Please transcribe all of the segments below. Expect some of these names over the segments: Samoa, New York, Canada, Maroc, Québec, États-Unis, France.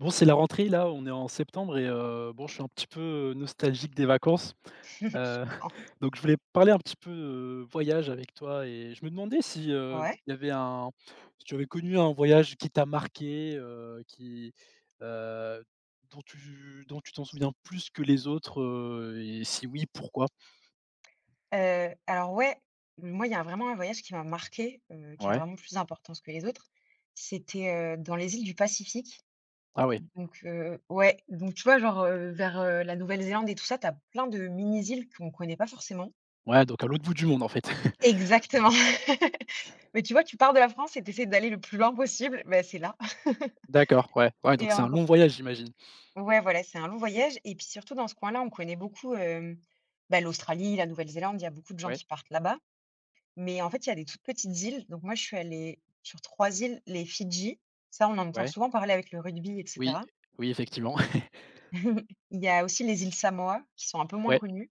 Bon, c'est la rentrée là, on est en septembre et bon, je suis un petit peu nostalgique des vacances. Je Heu, comprends. donc je voulais parler un petit peu, voyage avec toi et je me demandais si, Ouais. il y avait un si tu avais connu un voyage qui t'a marqué, heu, dont tu t'en souviens plus que les autres, et si oui, pourquoi? Alors ouais, moi, il y a vraiment un voyage qui m'a marqué, qui a Ouais. vraiment plus d'importance que les autres. C'était, dans les îles du Pacifique. Ah ouais. Donc, ouais, donc tu vois, genre, vers, la Nouvelle-Zélande et tout ça, t'as plein de mini-îles qu'on connaît pas forcément. Ouais, donc à l'autre bout du monde en fait. Exactement. Mais tu vois, tu pars de la France et t'essaies d'aller le plus loin possible, ben c'est là. D'accord, ouais, ouais, donc Et c'est en un gros long voyage j'imagine? ouais, voilà, c'est un long voyage et puis surtout dans ce coin-là, on connaît beaucoup, bah, l'Australie, la Nouvelle-Zélande, il y a beaucoup de gens Ouais, qui partent là-bas. Mais en fait, il y a des toutes petites îles. Donc moi, je suis allée sur 3 îles, les Fidji. Ça, on en entend ouais, souvent parler avec le rugby, et oui, cetera. oui effectivement. Il y a aussi les îles Samoa, qui sont un peu moins Ouais, connues.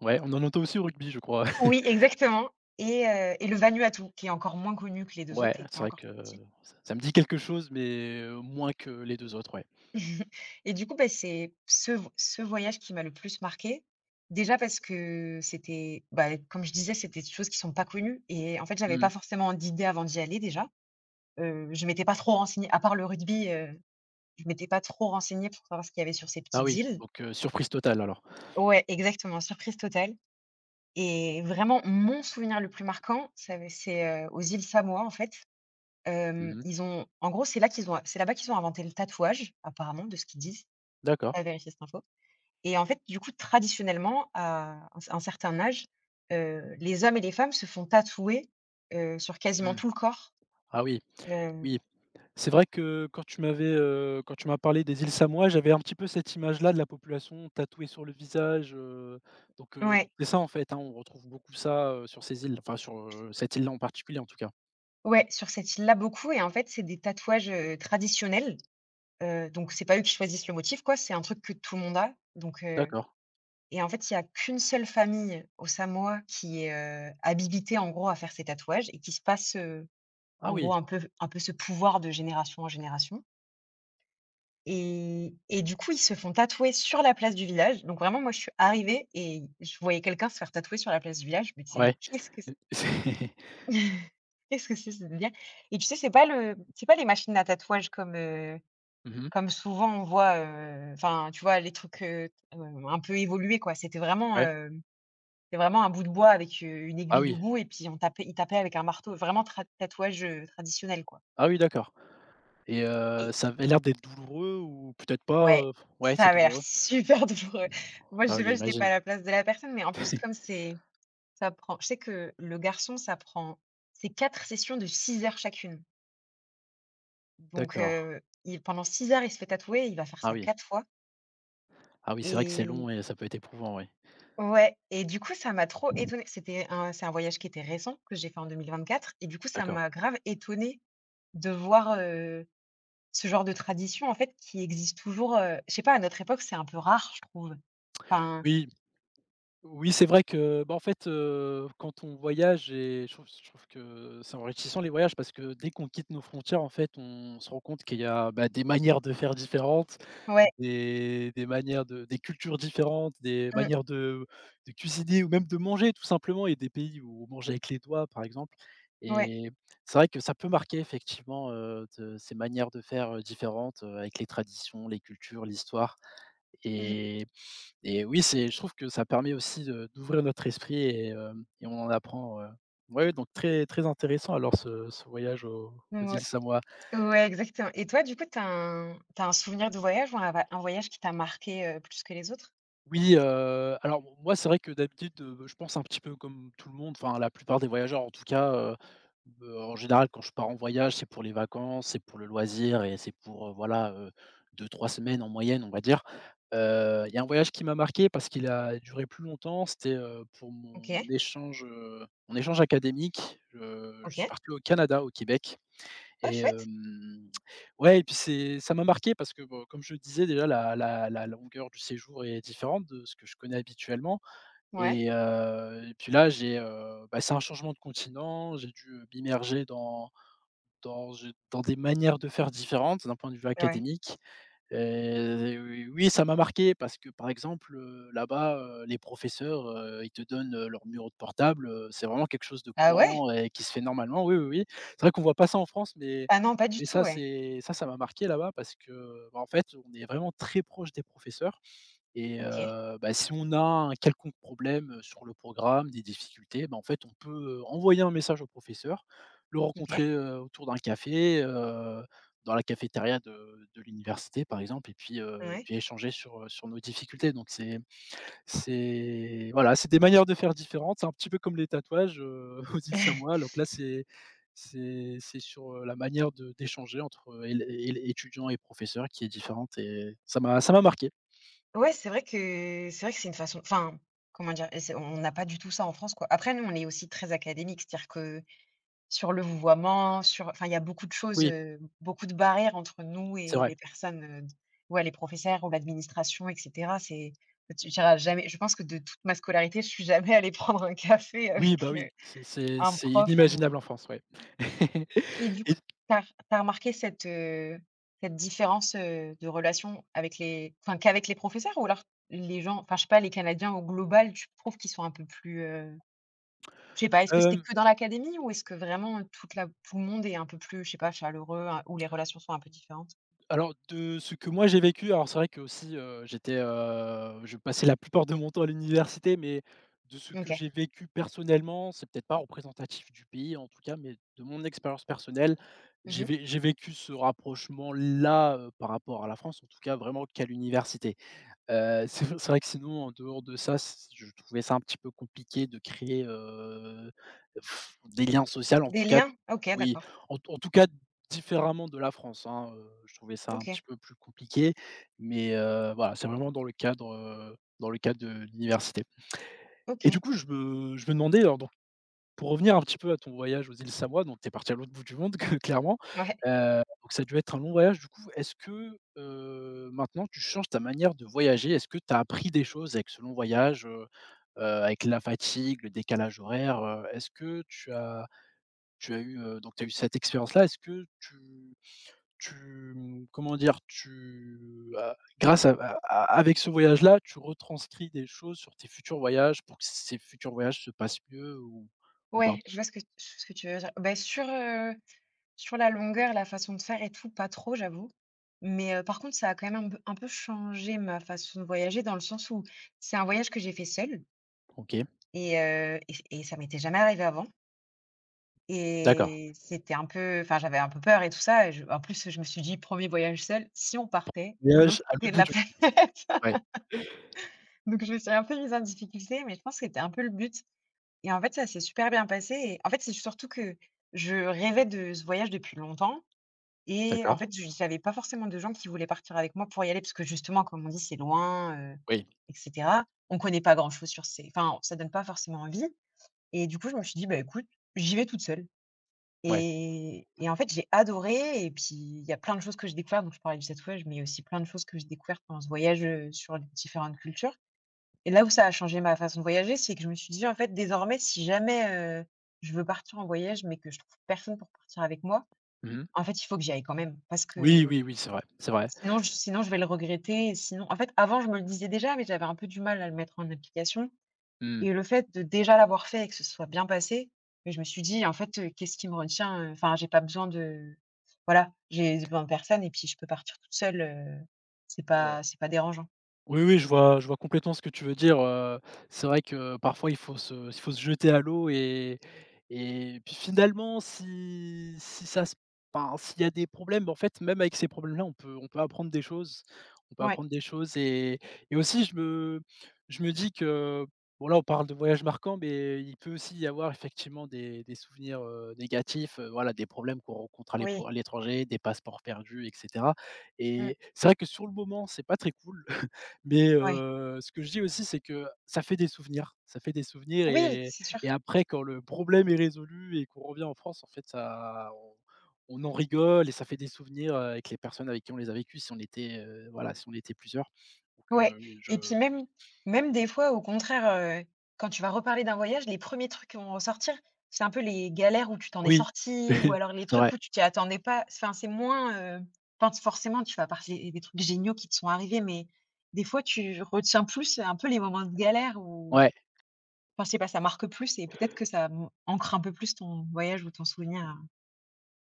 ouais, on en entend aussi au rugby je crois. Oui, exactement. Et le Vanuatu, qui est encore moins connu que les 2 Ouais, autres et qui c'est est vrai encore que plus petit. ça me dit quelque chose, mais moins que les 2 autres, ouais. Et du coup, bah, c'est ce voyage qui m'a le plus marquée. Déjà parce que c'était, bah, comme je disais, c'était des choses qui sont pas connues et en fait, j'avais Mmh. pas forcément d'idée avant d'y aller déjà. Je m'étais pas trop renseignée à part le rugby. Je m'étais pas trop renseignée pour savoir ce qu'il y avait sur ces Ah petites oui, îles. donc surprise totale alors. Ouais, exactement, surprise totale et vraiment mon souvenir le plus marquant, ça avait c'est, aux îles Samoa, en fait. Mmh. Ils ont en gros, c'est là-bas qu'ils ont inventé le tatouage, apparemment, de ce qu'ils disent. D'accord. Pas vérifier cette info, et en fait, du coup, traditionnellement, à un certain âge, les hommes et les femmes se font tatouer, sur quasiment Mmh. tout le corps. Ah oui, Heu oui. C'est vrai que quand quand tu m'as parlé des îles Samoa, j'avais un petit peu cette image-là de la population tatouée sur le visage, donc ouais, c'est ça en fait, hein, on retrouve beaucoup ça, sur ces îles, enfin cette île-là en particulier en tout cas. ouais, sur cette île-là, beaucoup, et en fait, c'est des tatouages, traditionnels. Donc c'est pas eux qui choisissent le motif, quoi, c'est un truc que tout le monde a, donc D'accord. et en fait, il y a qu'une seule famille aux Samoa qui est, habilitée en gros à faire ces tatouages et qui se passe, Ah en oui, gros un peu ce pouvoir de génération en génération, et du coup, ils se font tatouer sur la place du village. Donc vraiment moi, je suis arrivée et je voyais quelqu'un se faire tatouer sur la place du village, je me disais: «Mais ouais. qu'est-ce que c'est C'est qu'est-ce que c'est ce délire ?» Et tu sais, c'est pas le c'est pas les machines à tatouage comme, heu Mmh. Comme souvent on voit, enfin, tu vois les trucs, un peu évolués, quoi. C'était vraiment, Ouais. heu, c'était vraiment un bout de bois avec, une Ah aiguille au oui. bout et puis on tapait ils tapaient avec un marteau, vraiment tra tatouage, traditionnel, quoi. Ah oui d'accord. Et Et ça avait l'air d'être douloureux ou peut-être pasouais, Ouais, ça c'est avait l'air douloureux? super douloureux. Moi je Ah sais oui, pas, j'étais pas j'imagine. à la place de la personne, mais en plus comme c'est ça prend je sais que le garçon ça prend c'est 4 sessions de 6 heures chacune. Donc, D'accord. Il pendant 6 heures il se fait tatouer, il va faire Ah ça oui. 4 fois. Ah oui, c'est vrai que c'est Et long et ça peut être éprouvant, oui. ouais et du coup, ça m'a trop étonnée. C'était un c'est un voyage qui était récent, que j'ai fait en 2024, et du coup, ça D'accord. m'a grave étonnée de voir, ce genre de tradition, en fait, qui existe toujours. Je sais pas, à notre époque, c'est un peu rare, je trouve. Enfin Oui, oui, c'est vrai que, bah, en fait, quand on voyage et je trouve que c'est enrichissant les voyages parce que dès qu'on quitte nos frontières, en fait, on se rend compte qu'il y a, bah, des manières de faire différentes, ouais, des cultures différentes, des mmh, manières de cuisiner ou même de manger tout simplement. Et des pays où on mange avec les doigts, par exemple. ouais, Et c'est vrai que ça peut marquer effectivement, de ces manières de faire, différentes, avec les traditions, les cultures, l'histoire. mmh, Et et oui, c'est je trouve que ça permet aussi de d'ouvrir notre esprit et on en apprend, ouais, donc très, très intéressant alors ce voyage aux îles ouais, Samoa. ouais, exactement. Et toi, du coup, t'as as un souvenir de voyage ou un voyage qui t'a marqué, plus que les autres? Oui, alors bon, moi, c'est vrai que d'habitude, je pense un petit peu comme tout le monde, enfin la plupart des voyageurs en tout cas, en général quand je pars en voyage, c'est pour les vacances, c'est pour le loisir et c'est pour, voilà, 2-3 semaines en moyenne, on va dire. Il y a un voyage qui m'a marqué parce qu'il a duré plus longtemps, c'était, pour mon OK, échange, académique, je suis OK. parti au Canada, au Québec. Ah Et chouette. hem, ouais et puis c'est ça m'a marqué parce que, bon, comme je le disais déjà la longueur du séjour est différente de ce que je connais habituellement Ouais, et puis là bah, c'est un changement de continent, j'ai dû, m'immerger dans dans des manières de faire différentes d'un point de vue ouais. académique. Oui, ça m'a marqué parce que, par exemple, là-bas, les professeurs, ils te donnent, leur numéro de portable, c'est vraiment quelque chose de Ah ouais? courant et qui se fait normalement. Oui, oui, oui. C'est vrai qu'on voit pas ça en France, mais Ah non, pas du mais tout, ça, ouais. c'est ça, ça m'a marqué là-bas parce que, bah, en fait, on est vraiment très proche des professeurs. Et OK, bah, si on a un quelconque problème, sur le programme, des difficultés, bah, en fait, on peut, envoyer un message au professeur, le rencontrer, OK. Autour d'un café, dans la cafétéria de l'université, par exemple, et puis, Ouais. Échanger sur nos difficultés. Donc c'est voilà, c'est des manières de faire différentes. C'est un petit peu comme les tatouages, aux îles Samoa. Donc là, c'est la manière de d'échanger entre, él él étudiants et professeurs qui est différente et ça m'a marqué. Ouais, c'est vrai que c'est une façon, enfin, comment dire? Et c'est on n'a pas du tout ça en France, quoi. Après, nous, on est aussi très académique, c'est-à-dire que sur le vouvoiement, sur enfin, il y a beaucoup de choses, Oui, beaucoup de barrières entre nous c'est et vrai. les personnes, ouais, les professeurs ou l'administration et cetera. C'est tu jamais, je pense que de toute ma scolarité, je suis jamais allée prendre un café Oui, avec, bah, oui, c'est c'est un c'est prof ou inimaginable en France, ouais. et du Et coup, t'as as remarqué cette, cette différence, de relation avec les enfin, qu'avec les professeurs, ou alors les gens, enfin, je sais pas, les Canadiens au global, tu trouves qu'ils sont un peu plus, je sais pas, est-ce que c'était hem, que dans l'académie ou est-ce que vraiment tout le monde est un peu plus, je sais pas, chaleureux, hein, ou les relations sont un peu différentes? alors de ce que moi j'ai vécu, alors c'est vrai qu'aussi, je passais la plupart de mon temps à l'université, mais de ce que OK. j'ai vécu personnellement, c'est peut-être pas représentatif du pays en tout cas, mais de mon expérience personnelle, j'ai Mmh. vé j'ai vécu ce rapprochement-là, par rapport à la France, en tout cas vraiment qu'à l'université. C'est vrai que sinon en dehors de ça, c je trouvais ça un petit peu compliqué de créer, des liens sociaux, en tout Des cas. liens? OK, Oui, d'accord. en tout cas différemment de la France, hein, je trouvais ça un OK, petit peu plus compliqué, mais voilà, c'est vraiment dans le cadre, de l'université. Et du OK. coup, je me demandais alors pour revenir un petit peu à ton voyage aux îles Samoa, donc tu es parti à l'autre bout du monde clairement, Ouais. Donc ça a dû être un long voyage du coup. Est-ce que, maintenant tu changes ta manière de voyager? Est-ce que tu as appris des choses avec ce long voyage, avec la fatigue, le décalage horaire? Est-ce que tu as donc tu as eu cette expérience-là, est-ce que tu tu, mmh, comment dire? Tu as grâce à Avec ce voyage-là, tu retranscris des choses sur tes futurs voyages pour que ces futurs voyages se passent mieux ou pas? Ouais, je vois ce que tu veux dire. Beh, sur la longueur, la façon de faire et tout, pas trop, j'avoue. Mais par contre, ça a quand même un peu changé ma façon de voyager, dans le sens où c'est un voyage que j'ai fait seule, OK. et ça m'était jamais arrivé avant, D'accord. et c'était un peu enfin, j'avais un peu peur et tout ça, et je en plus, je me suis dit: premier voyage seul si on partait de Voyage l'autre à l'autre côté de bout la du monde. planète ?» Ouais, Donc je me suis un peu mise en difficulté, mais je pense que c'était un peu le but. Et en fait, ça s'est super bien passé, et en fait, c'est surtout que je rêvais de ce voyage depuis longtemps. Et en d'accord. fait, je j'avais pas forcément de gens qui voulaient partir avec moi pour y aller parce que justement, comme on dit, c'est loin, Oui, et cetera. On connaît pas grand-chose sur ces, enfin, ça donne pas forcément envie. Et du coup, je me suis dit: «Bah, écoute, j'y vais toute seule». ouais. Et en fait, j'ai adoré, et puis il y a plein de choses que j'ai découvertes. Donc je parlais du tatouage, mais il y a aussi plein de choses que j'ai découvertes pendant ce voyage, sur les différentes cultures. Et là où ça a changé ma façon de voyager, c'est que je me suis dit: «En fait, désormais, si jamais, heu, je veux partir en voyage mais que je trouve personne pour partir avec moi, Mmh. en fait, il faut que j'y aille quand même», parce Oui, que oui, oui, c'est vrai, c'est vrai. sinon je vais le regretter. Et sinon, en fait, avant je me le disais déjà, mais j'avais un peu du mal à le mettre en application, Mmh. et le fait de déjà l'avoir fait et que ce soit bien passé, mais je me suis dit: «En fait, qu'est-ce qui me retient, enfin j'ai pas besoin de voilà, j'ai besoin de personne et puis je peux partir toute seule, Ouais. C'est pas dérangeant». Oui, oui, je vois complètement ce que tu veux dire, c'est vrai que parfois il faut se jeter à l'eau et puis finalement si si ça se enfin, s'il y a des problèmes, en fait, même avec ces problèmes-là, on peut apprendre des choses. on peut Ouais, apprendre des choses et et aussi je me dis que, bon là, on parle de voyages marquants, mais il peut aussi y avoir effectivement des souvenirs, négatifs, voilà, des problèmes qu'on rencontre oui, à l'étranger, des passeports perdus et cetera. mmh, Et c'est vrai que sur le moment, c'est pas très cool. Mais ouais. Ce que je dis aussi, c'est que ça fait des souvenirs Oui, et c'est sûr. et après quand le problème est résolu et qu'on revient en France, en fait, ça on en rigole et ça fait des souvenirs, avec les personnes avec qui on les a vécus. Si on était plusieurs. Donc Ouais, je et puis même des fois, au contraire, heu, quand tu vas reparler d'un voyage, les premiers trucs qui vont ressortir, c'est un peu les galères où tu t'en es oui, sorti ou alors les c'est vrai, trucs où tu t'y attendais pas. Enfin, c'est moins, enfin, forcément, tu vas parler des trucs géniaux qui te sont arrivés, mais des fois, tu retiens plus un peu les moments de galère où, ouais. enfin, je sais pas, ça marque plus, et peut-être que ça, mmh, ancre un peu plus ton voyage ou ton souvenir.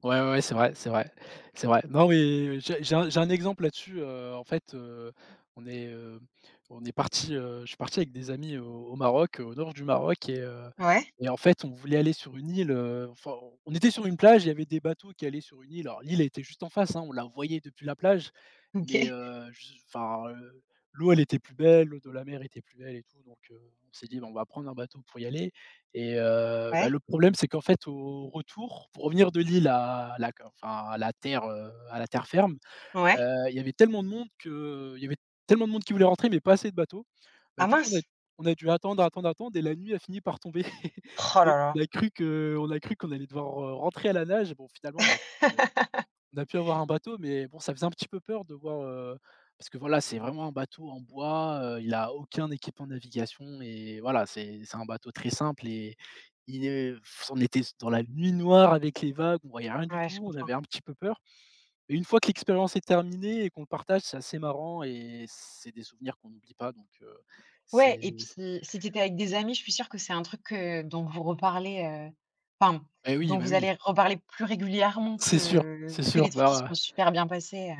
Ouais, ouais, ouais, c'est vrai, c'est vrai, c'est vrai. Non, mais j'ai un exemple là-dessus, en fait, on est, heu, je suis parti avec des amis au Maroc, au nord du Maroc et heu Ouais, et en fait, on voulait aller sur une île, enfin, on était sur une plage, il y avait des bateaux qui allaient sur une île. Alors l'île, elle était juste en face, hein, on la voyait depuis la plage, mais OK, je enfin, l'eau, elle était plus belle, l'eau de la mer était plus belle et tout, donc on s'est dit: «Bah, on va prendre un bateau pour y aller». Et bah, ouais, le problème, c'est qu'en fait, au retour, pour revenir de l'île à la enfin, à la terre ferme, ouais. Il y avait tellement de monde qui voulait rentrer, mais pas assez de bateaux. Bah, Ah du coup, on a mince! on a dû attendre, attendre, attendre et la nuit a fini par tomber. Oh Donc là là! on a cru qu'on allait devoir, rentrer à la nage. Bon, finalement, on a pu, on a pu avoir un bateau, mais bon, ça faisait un petit peu peur de voir, parce que voilà, c'est vraiment un bateau en bois, il a aucun équipement de navigation et voilà, c'est un bateau très simple et il est on était dans la nuit noire avec les vagues, on voyait rien du Ouais, je tout, on comprends. avait un petit peu peur. Mais une fois que l'expérience est terminée et qu'on le partage, c'est assez marrant et c'est des souvenirs qu'on n'oublie pas. Donc Ouais, c'est et puis si tu étais avec des amis, je suis sûre que c'est un truc, dont vous reparlez, enfin, eh oui, dont bah vous oui, allez reparler plus régulièrement c'est sûr, c'est que sûr. les trucs qui se sont Bah, super bien passés,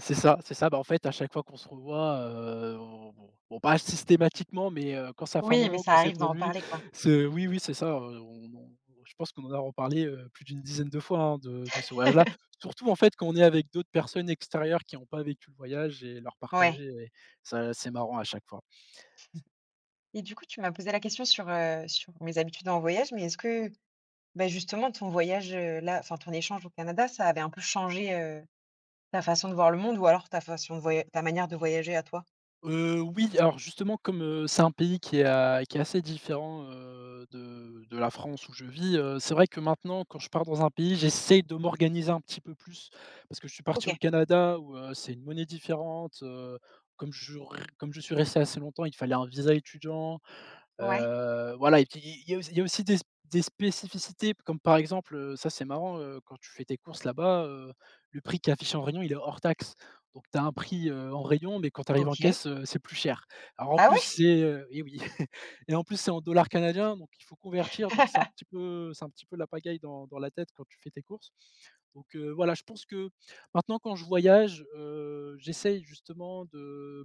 c'est ça, c'est ça. Bah, en fait, à chaque fois qu'on se revoit, on pas systématiquement, mais quand ça fait un Oui, mais moment ça qu'on s'est arrive pas d'en vu, reparler, quoi. c'est oui, oui, c'est ça, on, je pense qu'on en a reparlé, plus d'une dizaine de fois, hein, de ce voyage-là. Surtout, en fait, quand on est avec d'autres personnes extérieures qui n'ont pas vécu le voyage et leur partager Ouais, et ça, c'est marrant à chaque fois. et du coup, tu m'as posé la question sur, sur mes habitudes en voyage, mais est-ce que, bah, justement ton voyage, là, enfin ton échange au Canada, ça avait un peu changé, ta façon de voir le monde, ou alors ta manière de voyager à toi? Oui, alors justement comme, c'est un pays qui est assez différent, de la France où je vis, c'est vrai que maintenant quand je pars dans un pays, j'essaye de m'organiser un petit peu plus. Parce que je suis parti au OK. Canada où, c'est une monnaie différente, comme je suis resté assez longtemps, il fallait un visa étudiant. Ouais. Voilà, et puis il y a aussi des spécificités comme par exemple, ça c'est marrant, quand tu fais tes courses là-bas, le prix qui est affiché en rayon, il est hors taxe. Donc tu as un prix, en rayon, mais quand tu arrives en OK. caisse, c'est plus cher. Alors en Ah plus ouais? c'est, et oui et en plus c'est en dollars canadiens, donc il faut convertir, donc c'est un petit peu c'est un petit peu la pagaille dans la tête quand tu fais tes courses. Donc, voilà, je pense que maintenant quand je voyage, j'essaye justement de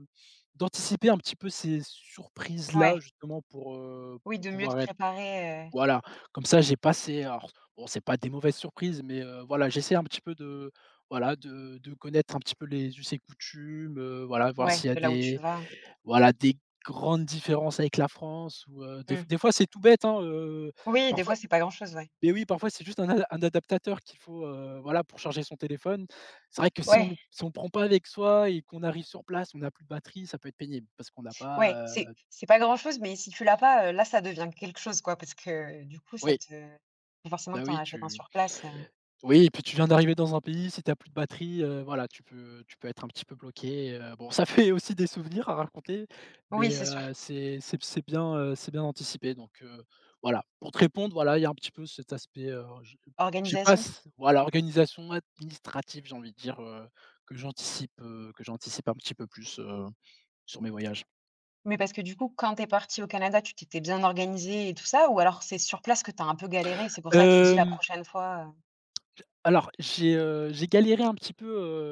d'anticiper un petit peu ces surprises-là Ouais. justement Oui, pour de mieux te pouvoir être préparer, voilà, comme ça j'ai passé, alors bon, c'est pas des mauvaises surprises, mais voilà, j'essaie un petit peu de voilà de connaître un petit peu les us et coutumes, voilà, voir Ouais, s'il y a de là où tu des vas. voilà des grandes différences avec la France, ou Mmh. des fois c'est tout bête hein, Oui, des parfois, fois, c'est pas grand-chose, ouais. mais oui parfois c'est juste un adaptateur qu'il faut, voilà, pour charger son téléphone. C'est vrai que Ouais, si on le prend pas avec soi et qu'on arrive sur place, on a plus de batterie, ça peut être pénible parce qu'on n'a ouais, pas, c'est pas grand-chose, mais si tu l'as pas, là, ça devient quelque chose, quoi, parce que, du coup, ça oui, te faut forcément bah, que tu en oui, achètes un tu sur place, oui, et puis tu viens d'arriver dans un pays, si tu as plus de batterie, voilà, tu peux être un petit peu bloqué, bon, ça fait aussi des souvenirs à raconter, Oui, mais c'est sûr, c'est bien anticipé, donc voilà. Pour te répondre, voilà, il y a un petit peu cet aspect, je sais pas organisation. s voilà, organisation administrative, j'ai envie de dire, que j'anticipe un petit peu plus, sur mes voyages. Mais parce que, du coup, quand t'es parti au Canada, tu t'étais bien organisé et tout ça? Ou alors c'est sur place que t'as un peu galéré? C'est pour ça que tu dis la Hem prochaine fois, Alors, j'ai galéré un petit peu,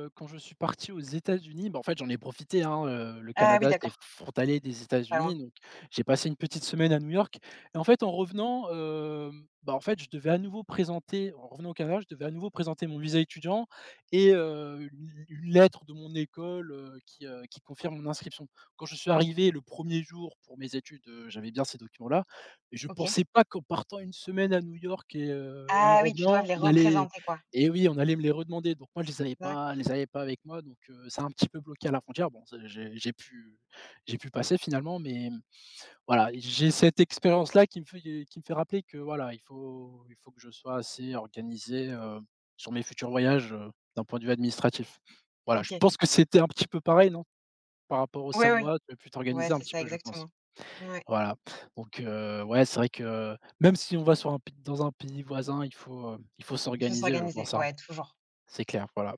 quand je suis parti aux États-Unis. Bah, en fait, j'en ai profité, hein, le ah oui, Canada, c'est d'accord, frontalier des pas États-Unis, loin. donc j'ai passé une petite semaine à New York. Et en fait, en revenant, bah, en fait, je devais à nouveau présenter en revenant au Canada, je devais à nouveau présenter mon visa étudiant et une lettre de mon école, qui confirme mon inscription. Quand je suis arrivé le premier jour pour mes études, j'avais bien ces documents-là, et je pensais OK. pas qu'en partant une semaine à New York et en Ah oui, tu dois revenant, les on allait représenter, quoi. et oui, on allait me les redemander, donc moi je D'accord, les avais pas avec moi, donc ça a un petit peu bloqué à la frontière. Bon, ça j'ai pu passer finalement, mais voilà, j'ai cette expérience-là qui me fait rappeler que voilà, il faut que je sois assez organisé, sur mes futurs voyages, d'un point de vue administratif. Voilà, je OK. pense que c'était un petit peu pareil, non? Par rapport aux Ouais, oui. Ouais, ouais. Samoa, tu as pu Ouais, t'organiser un c'est petit ça, peu, je exactement. pense. Ouais, Voilà, donc ouais, c'est vrai que même si on va sur un pays dans un pays voisin, il faut il faut s'organiser, je s'organiser, pense, hein. ouais, toujours. C'est clair, voilà.